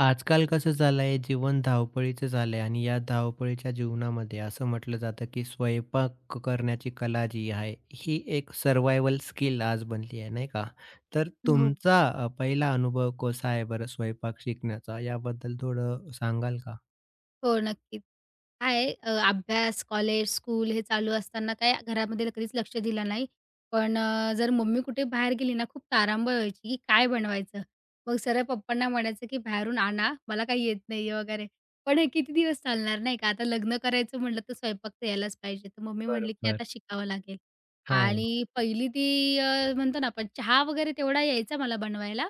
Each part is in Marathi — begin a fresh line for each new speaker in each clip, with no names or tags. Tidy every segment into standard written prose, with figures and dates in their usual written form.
आजकाल कसं झालंय जीवन धावपळीचं झालंय आणि या धावपळीच्या जीवनामध्ये असं म्हटलं जातं की स्वयंपाक करण्याची कला जी आहे ही एक सर्वायवल स्किल आज बनली आहे नाही का? तर
हो,
तुमचा पहिला अनुभव कसा आहे बरं स्वयंपाक शिकण्याचा याबद्दल थोडं सांगाल का?
नक्कीच. अभ्यास, कॉलेज, स्कूल हे चालू असताना काय घरामध्ये कधीच लक्ष दिलं नाही. पण जर मम्मी कुठे बाहेर गेली ना, खूप तारांबळ व्हायची, की काय बनवायचं? मग सरळ पप्पांना म्हणायचं, की "बाहेरून आणा, मला काही येत नाहीये" वगैरे. पण हे किती दिवस चालणार नाही का? आता लग्न करायचं म्हटलं, तर स्वयंपाक तर यायलाच पाहिजे. तर मम्मी म्हणली, की
बरोबर.
"आता शिकावं लागेल."
हां.
आणि पहिली ती म्हणतो ना आपण चहा वगैरे तेवढा यायचा मला बनवायला.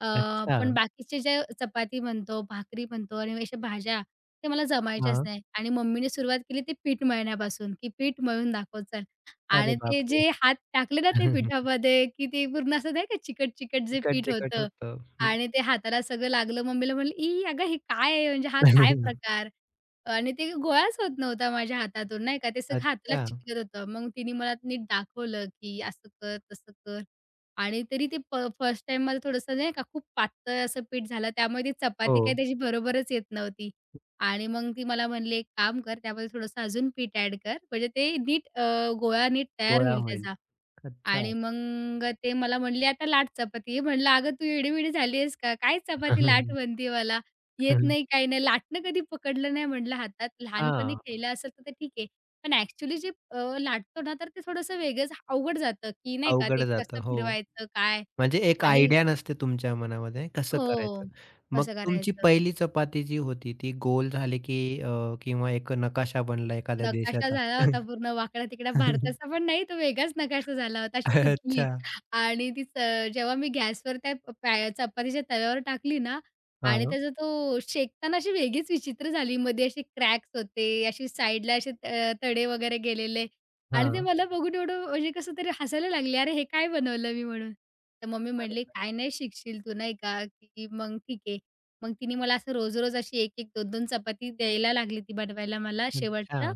अ,
अच्छा.
पण बाकीचे जे चपाती म्हणतो, भाकरी म्हणतो आणि अशा भाज्या ते मला जमायचेच
हां.
नाही आणि मम्मीने सुरुवात केली ती पीठ मळण्यापासून, की पीठ मळून दाखव चल. आणि
अरे
ते
बापरे!
जे हात टाकले ना ते पिठामध्ये, की ते पूर्ण असं नाही का चिकट-चिकट जे पीठ
तिखट-चिखट
होतं
होतं. हं.
आणि ते हाताला सगळं लागलं. मम्मीला म्हणलं, "ई अगं हे काय आहे? म्हणजे हा काय प्रकार?" आणि ते गोळाच होत नव्हता माझ्या हातातून नाही का, ते सगळं हाताला
अच्छा.
चिकटत होतं. मग तिने मला नीट दाखवलं, की असं कर, तसं कर आणि तरी ते फर्स्ट टाईम मला थोडंसं नाही का खूप पातळ असं पीठ झालं. त्यामुळे ती
हो.
चपाती काही त्याची बरोबरच येत नव्हती. आणि मग ती मला म्हणली, "एक काम कर, त्यामध्ये थोडंसं अजून पीठ ॲड कर, म्हणजे ते नीट गोळा नीट तयार
गोळा
होईल
होईल.
त्याचा."
अच्छा.
आणि मग ते मला म्हणले, "आता लाट चपाती." म्हणलं, "अगं, तू वेडी झाली आहेस का? काय चपाती लाट म्हणते मला? येत नाही, काही नाही." लाटणं कधी पकडलं नाही म्हटलं हातात. लहानपणी
हां.
खेळलं असेल तर ते ठीक आहे. पण ॲक्चुअली जे लाटतो ना, तर ते थोडंसं वेगळंच अवघड जातं, की नाही का, ते
अवघड जातं.
कसं
हो.
फिरवायचं, काय
म्हणजे एक
आणि
आयडिया नसते तुमच्या मनामध्ये कसं
हो,
करायचं. मग
कसं
तुमची
करायचं.
पहिली चपाती जी होती ती गोल झाली की अ, किंवा एक नकाशा बनला एखाद्या
नकाशा
देशाचा?
झाला होता पूर्ण वाकडा-तिकडा भारताचा पण नाही, तो वेगळाच नकाशा झाला होता. अशी तुटली
अच्छा.
आणि ती च जेव्हा मी गॅसवर त्या प- पॅ चपातीच्या तव्यावर टाकली ना आणि
हां,
त्याचा तो शेकताना अशी वेगळीच विचित्र झाली. मध्ये असे क्रॅक्स होते, अशी साईडला असे तडे वगैरे गेलेले आणि ते
हां.
मला बघून एवढं म्हणजे कसं तरी हसायला लागले, "अरे हे काय बनवलं मी?" म्हणून. तर मम्मी म्हटली, "काय
बरोबर.
नाही शिकशील तू नाही का, की मग ठीक आहे." मग तिने मला असं रोज-रोज अशी 1-1, 2-2 चपाती द्यायला लागली ती बनवायला मला
अच्छा.
शेवटचं.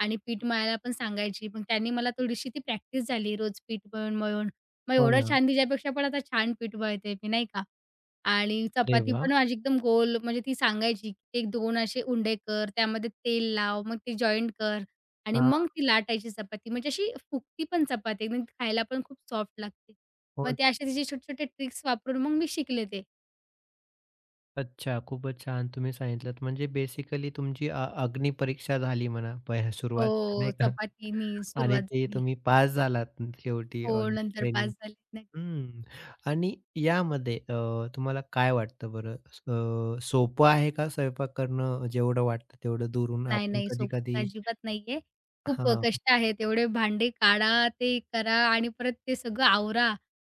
आणि पीठ मळायला पण सांगायची. मग त्यांनी मला थोडीशी ती प्रॅक्टिस झाली रोज पीठ मळून, मळून. मग
हो
एवढं
ना.
छान तिच्यापेक्षा पण आता छान पीठ मळते मी, नाही का. आणि
अरे
चपाती
वाह!
पण माझी एकदम गोल म्हणजे ती सांगायची, की एक दोन असे उंडे कर, त्यामध्ये तेल लाव, मग ते जॉइंट कर आणि
हां,
मग ती लाटायची चपाती. म्हणजे अशी फुगती पण चपाती एकदम खायला पण खूप सॉफ्ट लागते.
हो
मग
ना.
ते असे तिचे छोटे-छोटे ट्रिक्स वापरून मग मी शिकले ते.
अच्छा, खूपच छान तुम्ही सांगितलत. म्हणजे बेसिकली तुमची अग्निपरीक्षा झाली म्हणा पहि
हो,
सुरुवातीला नाही का?
चपातीनी
आणि
सुरुवात
ते
झाली.
तुम्ही पास झालात शेवटी
हो,
आणि
नंतर 5
ट्रेनिंग.
झाले.
हं. आणि यामध्ये तुम्हाला काय वाटतं बरं? सोपं आहे का स्वयंपाक करणं जेवढं वाटतं तेवढं दुरून
नाही,
आपण
नाही. सोपं
कधी-कधी
अजिबात नाहीये. खूप
हां.
कष्ट आहेत. एवढे भांडे काढा, ते करा आणि परत ते सगळं आवरा.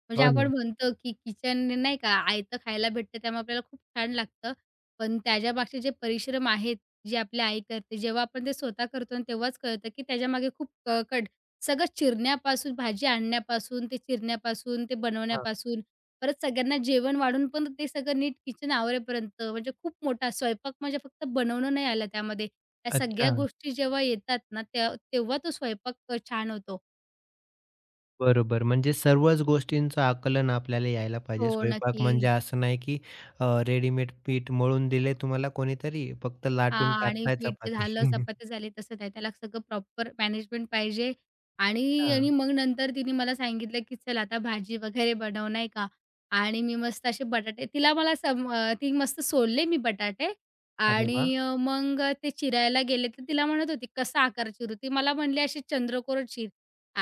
म्हणजे
हो
आपण
ना.
म्हणतो, की किचन नाही का आयतं खायला भेटतं त्यामुळे आपल्याला खूप छान लागतं. पण त्याच्यामागचे जे परिश्रम आहेत, जे आपली आई करते, जेव्हा आपण ते स्वतः करतो आणि तेव्हाच कळतं, की त्याच्यामागे खूप कट सगळं चिरण्यापासून, भाजी आणण्यापासून, ते चिरण्यापासून, ते
हां.
बनवण्यापासून, परत सगळ्यांना जेवण वाढून पण ते सगळं नीट किचन आवरेपर्यंत म्हणजे खूप मोठा स्वयंपाक म्हणजे फक्त बनवणं नाही आलं त्यामध्ये. त्या सगळ्या
अच्छा.
गोष्टी जेव्हा येतात ना, त्या तेव्हा तो स्वयंपाक छान होतो.
बरोबर. म्हणजे सर्वच गोष्टींचं आकलन आपल्याला यायला
हो,
पाहिजे. स्वयंपाक
नक्की.
म्हणजे असं नाही की रेडीमेड पीठ मळून दिले तुम्हाला कोणीतरी फक्त लाटून
हां. आणि
टाकताय
पीठ
चपाती.
झालं, चपात्या झाले तसं नाही. त्याला सगळं प्रॉपर मॅनेजमेंट पाहिजे आणि
अच्छा.
आणि मग नंतर तिने मला सांगितलं, की "चल आता भाजी वगैरे बनव." नाही का? आणि मी मस्त असे बटाटे तिला मला सम अ, ती मस्त सोलले मी बटाटे
अरे वाह!
आणि मग ते चिरायला गेले, तर तिला म्हणत होती, "कसा आकार चिरू?" ती मला म्हणली, "अशी चंद्रकोर चीर."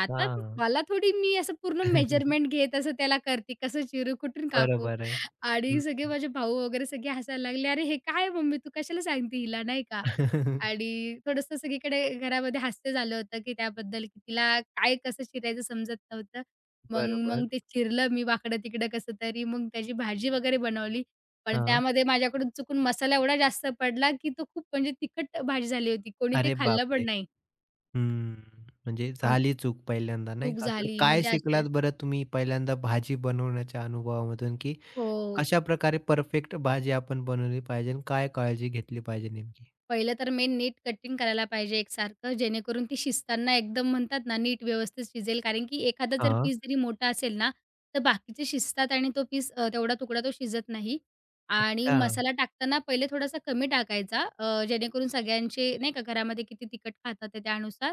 आता
हां.
मला थोडी मी असं पूर्ण मेजरमेंट घेत असं त्याला करते, कसं चिरू, कुठून कापू?
बरोबर आहे.
आणि
हं.
सगळे माझे भाऊ वगैरे सगळे हसायला लागले, "अरे हे काय मम्मी तू कशाला सांगते हिला?" नाही का. आणि थोडंसं सगळीकडे घरामध्ये हास्य झालं होतं, की त्याबद्दल की तिला काय कसं चिरायचं समजत नव्हतं. मग
बरोबर.
मग ते चिरलं मी वाकडं-तिकडं कसं तरी. मग त्याची भाजी वगैरे बनवली. पण
हां.
त्यामध्ये माझ्याकडून चुकून मसाला एवढा जास्त पडला, की तो खूप म्हणजे तिखट भाजी झाली होती. कोणी ते
अरे
खाल्लं
बापरे!
पण नाही.
हम्म, म्हणजे
मग
झाली चूक पहिल्यांदा नाही
चूक
का? तर
झाली
काय
म्हणजे असं
शिकलात बरं तुम्ही पहिल्यांदा भाजी बनवण्याच्या अनुभवामधून, की
हो.
कशाप्रकारे परफेक्ट भाजी आपण बनवली पाहिजे आणि काय काळजी घेतली पाहिजे नेमकी?
पहिलं तर मेन नीट कटिंग करायला पाहिजे एकसारखं, जेणेकरून ती शिजताना एकदम म्हणतात ना, नीट व्यवस्थित शिजेल. कारण की एखादा जर
हां,
पीस जरी मोठा असेल ना, तर बाकीचे शिजतात आणि तो पीस तेवढा तुकडा तो शिजत नाही. आणि
अच्छा.
मसाला टाकताना पहिले थोडासा कमी टाकायचा जेणेकरून सगळ्यांचे नाही का घरामध्ये किती तिखट खातात ते त्यानुसार.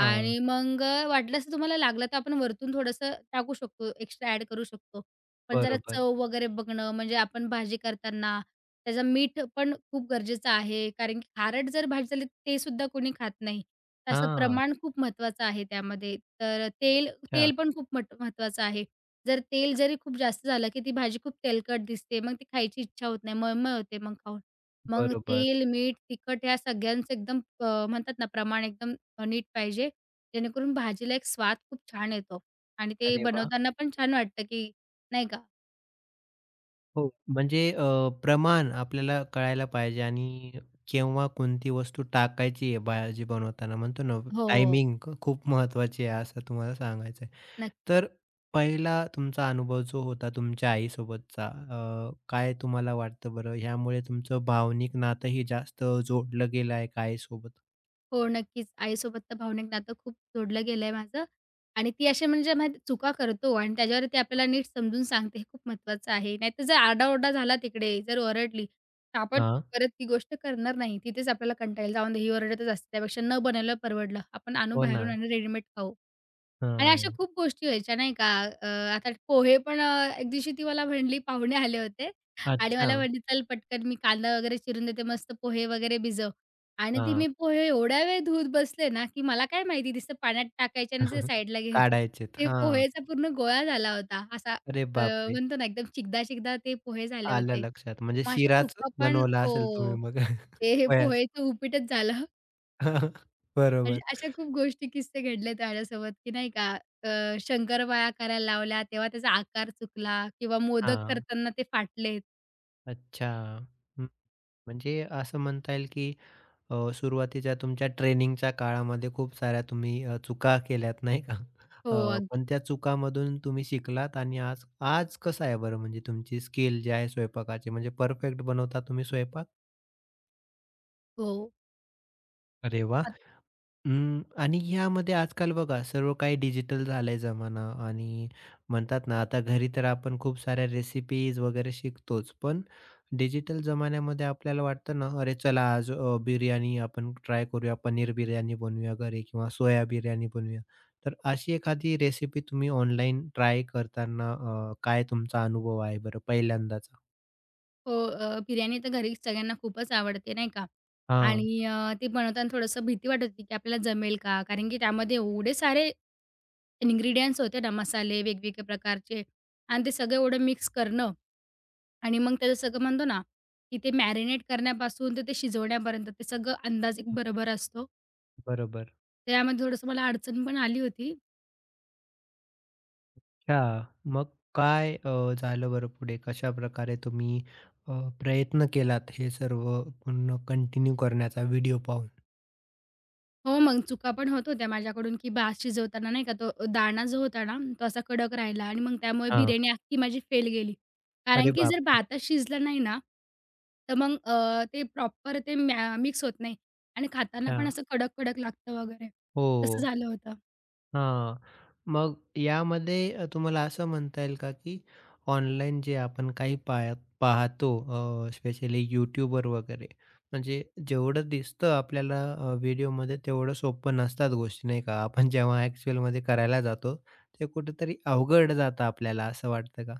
हां,
आणि मग वाटल्यास तुम्हाला लागलं तर आपण वरतून थोडंसं टाकू शकतो, एक्स्ट्रा ॲड करू शकतो. पण जरा
बरोबर.
चव वगैरे बघणं म्हणजे आपण भाजी करताना त्याचं मीठ पण खूप गरजेचं आहे. कारण की खारट जर भाजी झाली ते सुद्धा कोणी खात नाही. तर असं
हां,
प्रमाण खूप महत्त्वाचं आहे त्यामध्ये. तर तेल
अच्छा.
तेल पण खूप महत्त्वाचं आहे. जर तेल जरी खूप जास्त झालं, की ती भाजी खूप तेलकट दिसते. मग ती खायची इच्छा होत नाही. मळमळ होते मग खाऊन. मग
बरोबर.
तेल, मीठ, तिखट या सगळ्यांचं एकदम म्हणतात ना प्रमाण एकदम नीट पाहिजे. जेणेकरून भाजीला एक स्वाद खूप छान येतो आणि ते
अरे वाह!
बनवताना पण छान वाटतं, की नाही का?
हो, म्हणजे प्रमाण आपल्याला कळायला पाहिजे आणि केव्हा कोणती वस्तू टाकायची आहे भाजी बनवताना म्हणतो ना,
हो,
टायमिंग खूप महत्त्वाची आहे असं तुम्हाला सांगायचं तर पहिला तुमचा अनुभव जो होता तुमच्या आईसोबतचा काय तुम्हाला वाटतं बरं ह्यामुळे तुमचं भावनिक नातंही जास्त जोडलं गेलं आहे का आईसोबत?
नक्कीच. आईसोबत तर भावनिक नातं खूप जोडलं गेलंय माझं आणि ती अशी म्हणजे माहिती चुका करतो आणि त्याच्यावर ती आपल्याला नीट समजून सांगते, हे खूप महत्त्वाचं आहे. नाहीतर जर आरडाओरडा झाला तिकडे, जर ओरडली, तर आपण
हां.
परत ती गोष्ट करणार नाही. तिथेच आपल्याला कंटाळेल, जाऊन दे ही ओरडतच असते, त्यापेक्षा न बनवलेलं परवडलं. आपण आणू
हो ना.
बाहेरून आणि रेडीमेड खाऊ. आणि अशा
हां.
खूप गोष्टी व्हायच्या नाही का. अ, आता पोहे पण एक दिवशी ती मला म्हणली पाहुणे आले होते आणि
अच्छा.
मला म्हणली, "चल पटकन मी कांदा वगैरे चिरून देते, मस्त पोहे वगैरे भिजव." आणि ती
हां.
मी पोहे एवढा वेळ धुत बसले ना, की मला काय माहिती नुसतं पाण्यात टाकायचे आणि ते साईडला घ्यायचे.
काढायचेत.
ते
हां.
पोहेचा पूर्ण गोळा झाला होता. असा
अरे
अ,
बापरे!
म्हणतो ना एकदम चिकदा-चिकदा ते पोहे झाले
आलं
होते.
लक्षात. म्हणजे
मग अशा
शिराच
चुका पण
बनवला असेल तुम्ही
हो.
मग
ते हे
वयाचं.
पोहेचं उपीटच झालं.
बरोबर.
अशा खूप गोष्टी किस्से घडलेत माझ्यासोबत, की नाही का शंकरपाळ्या करायला लावल्या, तेव्हा त्याचा आकार चुकला किंवा मोदक
हां.
करताना ते फाटलेत.
अच्छा. हं. म्हणजे असं म्हणता येईल की सुरुवातीच्या तुमच्या ट्रेनिंगच्या काळामध्ये खूप साऱ्या तुम्ही चुका केल्यात नाही का?
हो, अगदी.
पण त्या चुकांमधून तुम्ही शिकलात आणि आज आज कसं आहे बरं म्हणजे तुमची स्किल जी आहे स्वयंपाकाची म्हणजे परफेक्ट बनवता तुम्ही स्वयंपाक?
हो.
अरे वाह!
आत
हं. आणि ह्यामध्ये आजकाल बघा सर्व काही डिजिटल झालंय जमाना आणि म्हणतात ना, आता घरी तर आपण खूप साऱ्या रेसिपीज वगैरे शिकतोच. पण डिजिटल जमान्यामध्ये आपल्याला वाटतं ना, "अरे चला आज बिर्याणी आपण ट्राय करूया, पनीर बिर्याणी बनवूया घरी किंवा सोया बिर्याणी बनवूया." तर अशी एखादी रेसिपी तुम्ही ऑनलाईन ट्राय करताना काय तुमचा अनुभव आहे बरं पहिल्यांदाचा?
हो, बिर्याणी तर घरी सगळ्यांना खूपच आवडते, नाही का?
हां,
आणि ते बनवताना थोडंसं भीती वाटत होती, की आपल्याला जमेल का? कारण की त्यामध्ये एवढे सारे इन्ग्रीडियंट्स होते ना, मसाले वेगवेगळ्या प्रकारचे आणि ते सगळं एवढं मिक्स करणं आणि मग त्याचं सगळं म्हणतो ना, की ते मॅरिनेट करण्यापासून तर ते शिजवण्यापर्यंत ते सगळं अंदाज एक बरोबर असतो.
बरोबर.
त्यामध्ये थोडंसं मला अडचण पण आली होती.
अच्छा. मग काय झालं बरं पुढे? कशाप्रकारे तुम्ही अ, प्रयत्न केलात हे सर्व पुन्हा कंटिन्यू करण्याचा व्हिडिओ पाहून?
हो, मग चुका पण होत होत्या माझ्याकडून, की भात शिजवताना नाही का तो दाणा जो होता ना, तो असा कडक राहिला आणि मग त्यामुळे
हां.
बिर्याणी अख्खी माझी फेल गेली. कारण
अरे
की जर
बापरे!
भातच शिजला नाही ना, तर मग ते प्रॉपर ते मिक्स होत नाही आणि खाताना
अच्छा.
पण असं कडक-कडक लागतं वगैरे. तसं
हो.
झालं होतं.
हां. मग यामध्ये तुम्हाला असं म्हणता येईल का, की ऑनलाईन जे आपण काही पाया पाहतो स्पेशली YouTubeवर वगैरे, म्हणजे जेवढं दिसतं आपल्याला व्हिडिओमध्ये तेवढं सोपं नसतात गोष्टी नाही का? आपण जेव्हा ॲक्चुअलमध्ये करायला जातो, ते कुठेतरी अवघड जातं आपल्याला असं वाटतं का?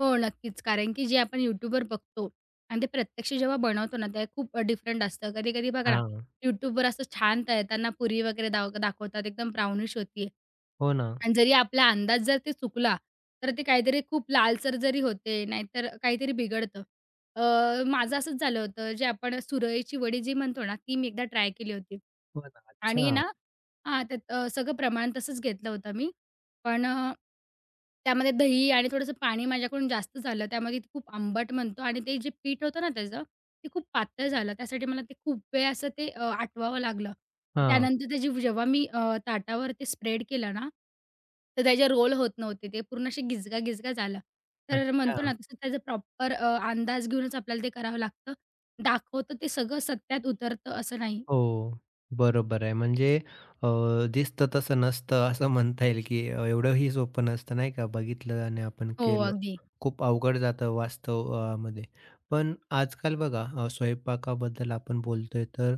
हो, नक्कीच. कारण की जे आपण YouTubeवर बघतो आणि ते प्रत्यक्ष जेव्हा बनवतो ना, ते खूप डिफरंट असतं. कधी-कधी बघा ना,
हां.
YouTubeवर असं छान तळताना पुरी वगैरे दाखवतात, एकदम ब्राउनिश होतीये.
हो ना.
आणि जरी आपला अंदाज जर ते चुकला, तर ते काहीतरी खूप लालसर जरी होते, नाहीतर काहीतरी बिघडतं. अ, माझं असंच झालं होतं, जे आपण सुरईची वडी जी म्हणतो ना, ती मी एकदा ट्राय केली होती.
हो ना.
आणि
अच्छा.
ना हां, त्यात सगळं प्रमाण तसंच घेतलं होतं मी. पण त्यामध्ये दही आणि थोडंसं पाणी माझ्याकडून जास्त झालं. त्यामध्ये ते खूप आंबट म्हणतो आणि ते जे पीठ होतं ना त्याचं, ते खूप पातळ झालं. त्यासाठी मला ते खूप वेळ असं ते आटवावं लागलं.
हां.
त्यानंतर त्याची जेव्हा मी ताटावर ते स्प्रेड केलं ना, तर त्याचे रोल होत नव्हते. ते पूर्ण असे गिजगा गिचका झाला. तर
अच्छा.
म्हणतो ना तसं त्याचं प्रॉपर अंदाज घेऊनच आपल्याला ते करावं लागतं. दाखवतं ते सगळं सत्यात उतरतं असं नाही.
हो, बरोबर आहे. म्हणजे अ, दिसतं तसं नसतं असं म्हणता येईल, की एवढंही सोपं नसतं नाही का? बघितलं आणि आपण
हो,
केलं.
अगदी.
खूप अवघड जातं वास्तव मध्ये. पण आजकाल बघा स्वयंपाकाबद्दल आपण बोलतोय तर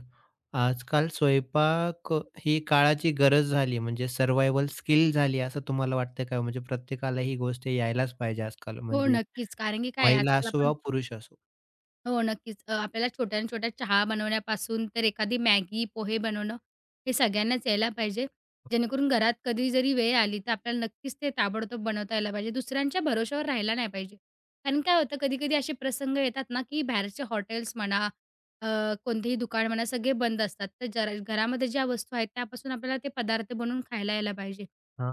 आजकाल स्वयंपाक ही काळाची गरज झाली म्हणजे सर्व्हायव्हल स्किल झाली असं तुम्हाला वाटतं का? म्हणजे प्रत्येकाला ही गोष्ट यायलाच पाहिजे आजकाल
हो,
म्हणजे
नक्कीच. कारण की काय आहे
महिला
आजकाल
असो
आपण
किंवा पुरुष असो?
हो, नक्कीच. आपल्याला छोट्या-छोट्या चहा बनवण्यापासून तर एखादी मॅगी, पोहे बनवणं हे सगळ्यांनाच यायला पाहिजे. जेणेकरून घरात कधी जरी वेळ आली, तर आपल्याला नक्कीच ते ताबडतोब बनवता यायला पाहिजे. दुसऱ्यांच्या भरोश्यावर राहायला नाही पाहिजे. कारण काय होतं, कधी-कधी असे प्रसंग येतात ना, की बाहेरचे हॉटेल्स म्हणा, अ, कोणतेही दुकान म्हणा, सगळे बंद असतात. तर जरा घरामध्ये ज्या वस्तू आहेत, त्यापासून आपल्याला ते पदार्थ बनवून खायला यायला पाहिजे,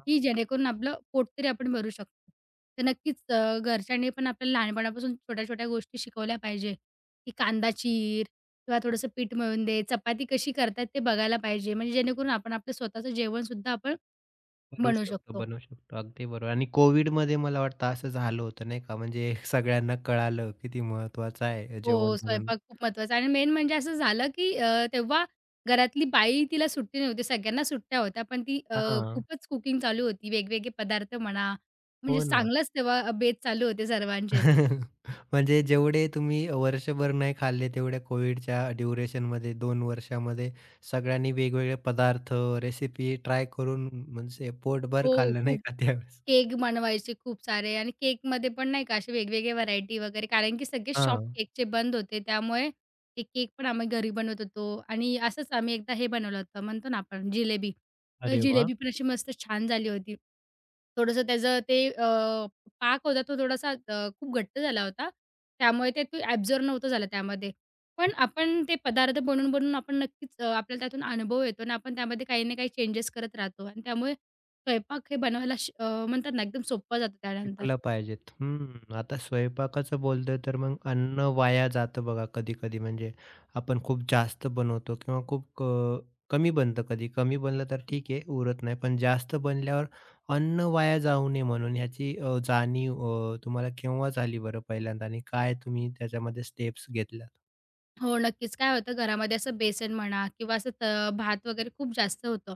की जेणेकरून आपलं पोट तरी आपण भरू शकतो. तर नक्कीच घरच्यांनी पण आपल्याला लहानपणापासून छोट्या-छोट्या गोष्टी शिकवल्या पाहिजे. की कांदा चीर किंवा थोडंसं पीठ मळून दे, चपाती कशी करतात ते बघायला पाहिजे. म्हणजे जेणेकरून आपण आपलं स्वतःचं जेवणसुद्धा आपण
करू
बनवू
शकतो,
शकतो.
बनवू शकतो. अगदी बरोबर आणि कोविडमध्ये मला वाटतं असं झालं होतं नाही का? म्हणजे सगळ्यांना कळालं किती महत्त्वाचं आहे
हो,
जेवण म्हणून.
स्वयंपाक खूप महत्त्वाचा आहे आणि मेन म्हणजे असं झालं की तेव्हा घरातली बाई तिला सुट्टी नव्हती. सगळ्यांना सुट्ट्या होत्या, पण ती
हां,
खूपच कुकिंग चालू होती. वेगवेगळे पदार्थ म्हणा, म्हणजे
हो ना.
चांगलाच तेव्हा बेत चालू होते सर्वांचेच.
म्हणजे जेवढे तुम्ही वर्षभर नाही खाल्ले तेवढे कोविडच्या ड्युरेशनमध्ये 2 वर्षामध्ये सगळ्यांनी वेगवेगळे पदार्थ, रेसिपी ट्राय करून म्हणजे पोटभर
हो,
खाल्लं नाही
खूप.
का त्यावेळेस?
केक बनवायचे खूप सारे आणि केकमध्ये पण नाही का असे वेगवेगळे व्हरायटी वगैरे कारण की सगळे शॉप
हां.
केकचे बंद होते. त्यामुळे ते केक पण आम्ही घरी बनवत होतो आणि असंच आम्ही एकदा हे बनवलं होतं म्हणतो ना आपण जिलेबी. तर
अरे वाह!
जिलेबी पण अशी मस्त छान झाली होती. थोडंसं त्याचं ते पाक होता तो थोडासा खूप घट्ट झाला होता. त्यामुळे ते ॲब्झॉर्ब नव्हतं झालं त्यामध्ये. पण आपण ते पदार्थ बनवून, बनवून आपण नक्कीच आपल्याला त्यातून अनुभव येतो आणि आपण त्यामध्ये काही ना काही चेंजेस करत राहतो आणि त्यामुळे स्वयंपाक हे बनवायला म्हणतात ना एकदम सोपा जातो त्यानंतर.
शिकलं पाहिजेत. हं. आता स्वयंपाकाचं बोलतोय तर मग अन्न वाया जातं बघा कधी-कधी. म्हणजे आपण खूप जास्त बनवतो किंवा खूप क कमी बनतं कधी. कमी बनलं तर ठीक आहे, उरत नाही. पण जास्त बनल्यावर अन्न वाया जाऊ नये म्हणून ह्याची जाणीव तुम्हाला केव्हा झाली बरं पहिल्यांदा आणि काय तुम्ही त्याच्यामध्ये स्टेप्स घेतल्यात?
हो, नक्कीच. काय होतं घरामध्ये असं बेसन म्हणा किंवा असं त भात वगैरे खूप जास्त होतं.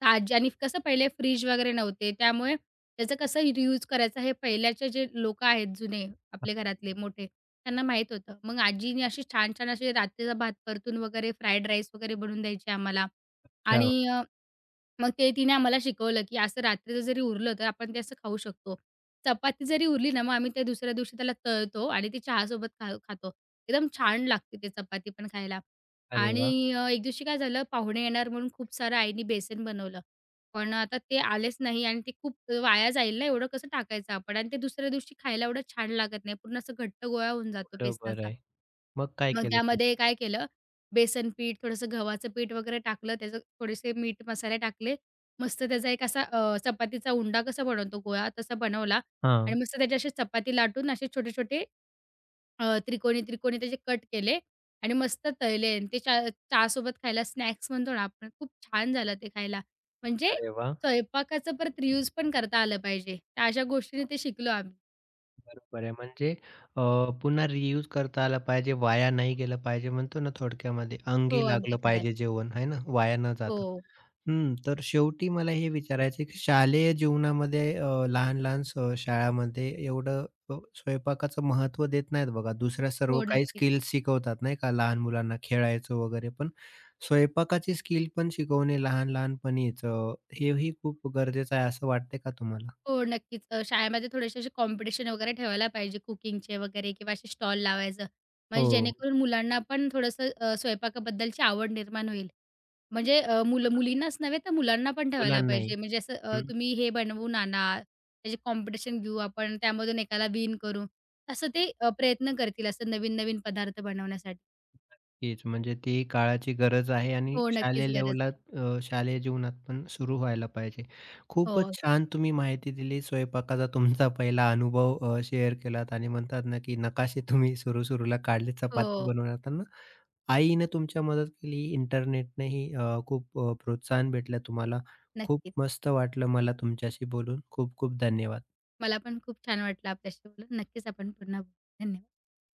तर आजी आणि कसं पहिले फ्रिज वगैरे नव्हते. त्यामुळे त्याचं कसं रियूज करायचं हे पहिल्याचे जे लोकं आहेत जुने आपले घरातले मोठे, त्यांना माहीत होतं. मग आजीने असे छान-छान असे रात्रीचा भात परतून वगैरे फ्राईड राईस वगैरे बनवून द्यायची आम्हाला
अच्छा.
आणि मग ते तिने आम्हाला शिकवलं, की असं रात्रीचं जरी उरलं, तर आपण ते असं खाऊ शकतो. चपाती जरी उरली ना, मग आम्ही त्या दुसऱ्या दिवशी त्याला तळतो आणि ती चहासोबत खातो. एकदम छान लागते ते चपाती पण खायला.
अरे
आणि
वाह!
एक दिवशी काय झालं, पाहुणे येणार म्हणून खूप सारं आईनी बेसन बनवलं. पण आता ते आलेच नाही आणि ते खूप वाया जाईल ना, एवढं कसं टाकायचं आपण आणि ते दुसऱ्या दिवशी खायला एवढं छान लागत नाही. पूर्ण असं घट्ट गोळा होऊन जातो
बरोबर
बेसनाचा.
आहे. मग काय
मग
केलं तुम्ही?
त्यामध्ये काय केलं, बेसन पीठ, थोडंसं गव्हाचं पीठ वगैरे टाकलं, त्याचं थोडेसे मीठ मसाले टाकले. मस्त त्याचा एक असा चपातीचा उंडा कसा बनवतो गोळा तसा बनवला आणि
हां.
मस्त त्याची अशी चपाती लाटून असे छोटे-छोटे त्रिकोणी-त्रिकोणी त्याचे कट केले आणि मस्त तळले आणि ते चहासोबत खायला स्नॅक्स म्हणतो ना आपण, खूप छान झालं ते खायला. म्हणजे
अरे वाह!
स्वयंपाकाचं परत रियूज पण करता आलं पाहिजे. त्या अशा गोष्टीने ते शिकलो आम्ही.
बरोबर आहे. म्हणजे अ, पुन्हा रियूज करता आला पाहिजे, वाया नाही गेलं पाहिजे म्हणतो ना थोडक्यामध्ये,
हो,
अंगी
अगदी
लागलं
खरं आहे.
पाहिजे जेवण आहे ना, वाया न जाता.
हो,
हं, तर शेवटी मला हे विचारायचं की शालेय जीवनामध्ये लहान-लहान स शाळांमध्ये एवढं स्वयंपाकाचं महत्त्व देत नाहीत बघा. दुसऱ्या सर्व काही
नक्कीच.
स्किल्स शिकवतात नाही का लहान मुलांना खेळायचं वगैरे, पण स्वयंपाकाची स्किल पण शिकवणे लहान-लहानपणीच हेही खूप गरजेचं आहे असं वाटतंय का तुम्हाला?
हो, नक्कीच. शाळेमध्ये थोडेसे असे कॉम्पिटिशन वगैरे ठेवायला पाहिजे कुकिंगचे वगैरे किंवा असे स्टॉल लावायचं. म्हणजे
हो,
जेणेकरून मुलांना पण थोडंसं स्वयंपाकाबद्दलची आवड निर्माण होईल. म्हणजे मुलं मुलींनाच नव्हे तर मुलांना पण ठेवायला
मुलांनाही.
पाहिजे. म्हणजे असं तुम्ही हे बनवून आणा, त्याचे कॉम्पिटिशन घेऊ आपण, त्यामधून एकाला विन करू. असं ते प्रयत्न करतील असं नवीन-नवीन पदार्थ बनवण्यासाठी.
नक्कीच. म्हणजे ती काळाची गरज आहे आणि
हो,
शालेय
नक्कीच गरज
लेवला
आहे.
शालेय जीवनात पण सुरू व्हायला पाहिजे. खूपच
हो,
छान तुम्ही माहिती दिली. स्वयंपाकाचा तुमचा पहिला अनुभव शेअर केलात आणि म्हणतात ना, की नकाशे तुम्ही सुरू-सुरूला काढले चपाती
हो,
बनवताना. आईने तुमच्या मदत केली, इंटरनेटनेही खूप प्रोत्साहन भेटलं तुम्हाला. खूप
नक्कीच.
मस्त वाटलं मला तुमच्याशी बोलून. खूप खूप धन्यवाद.
मला पण खूप छान वाटलं आपल्याशी बोलून. नक्कीच आपण पुन्हा बोलू. धन्यवाद.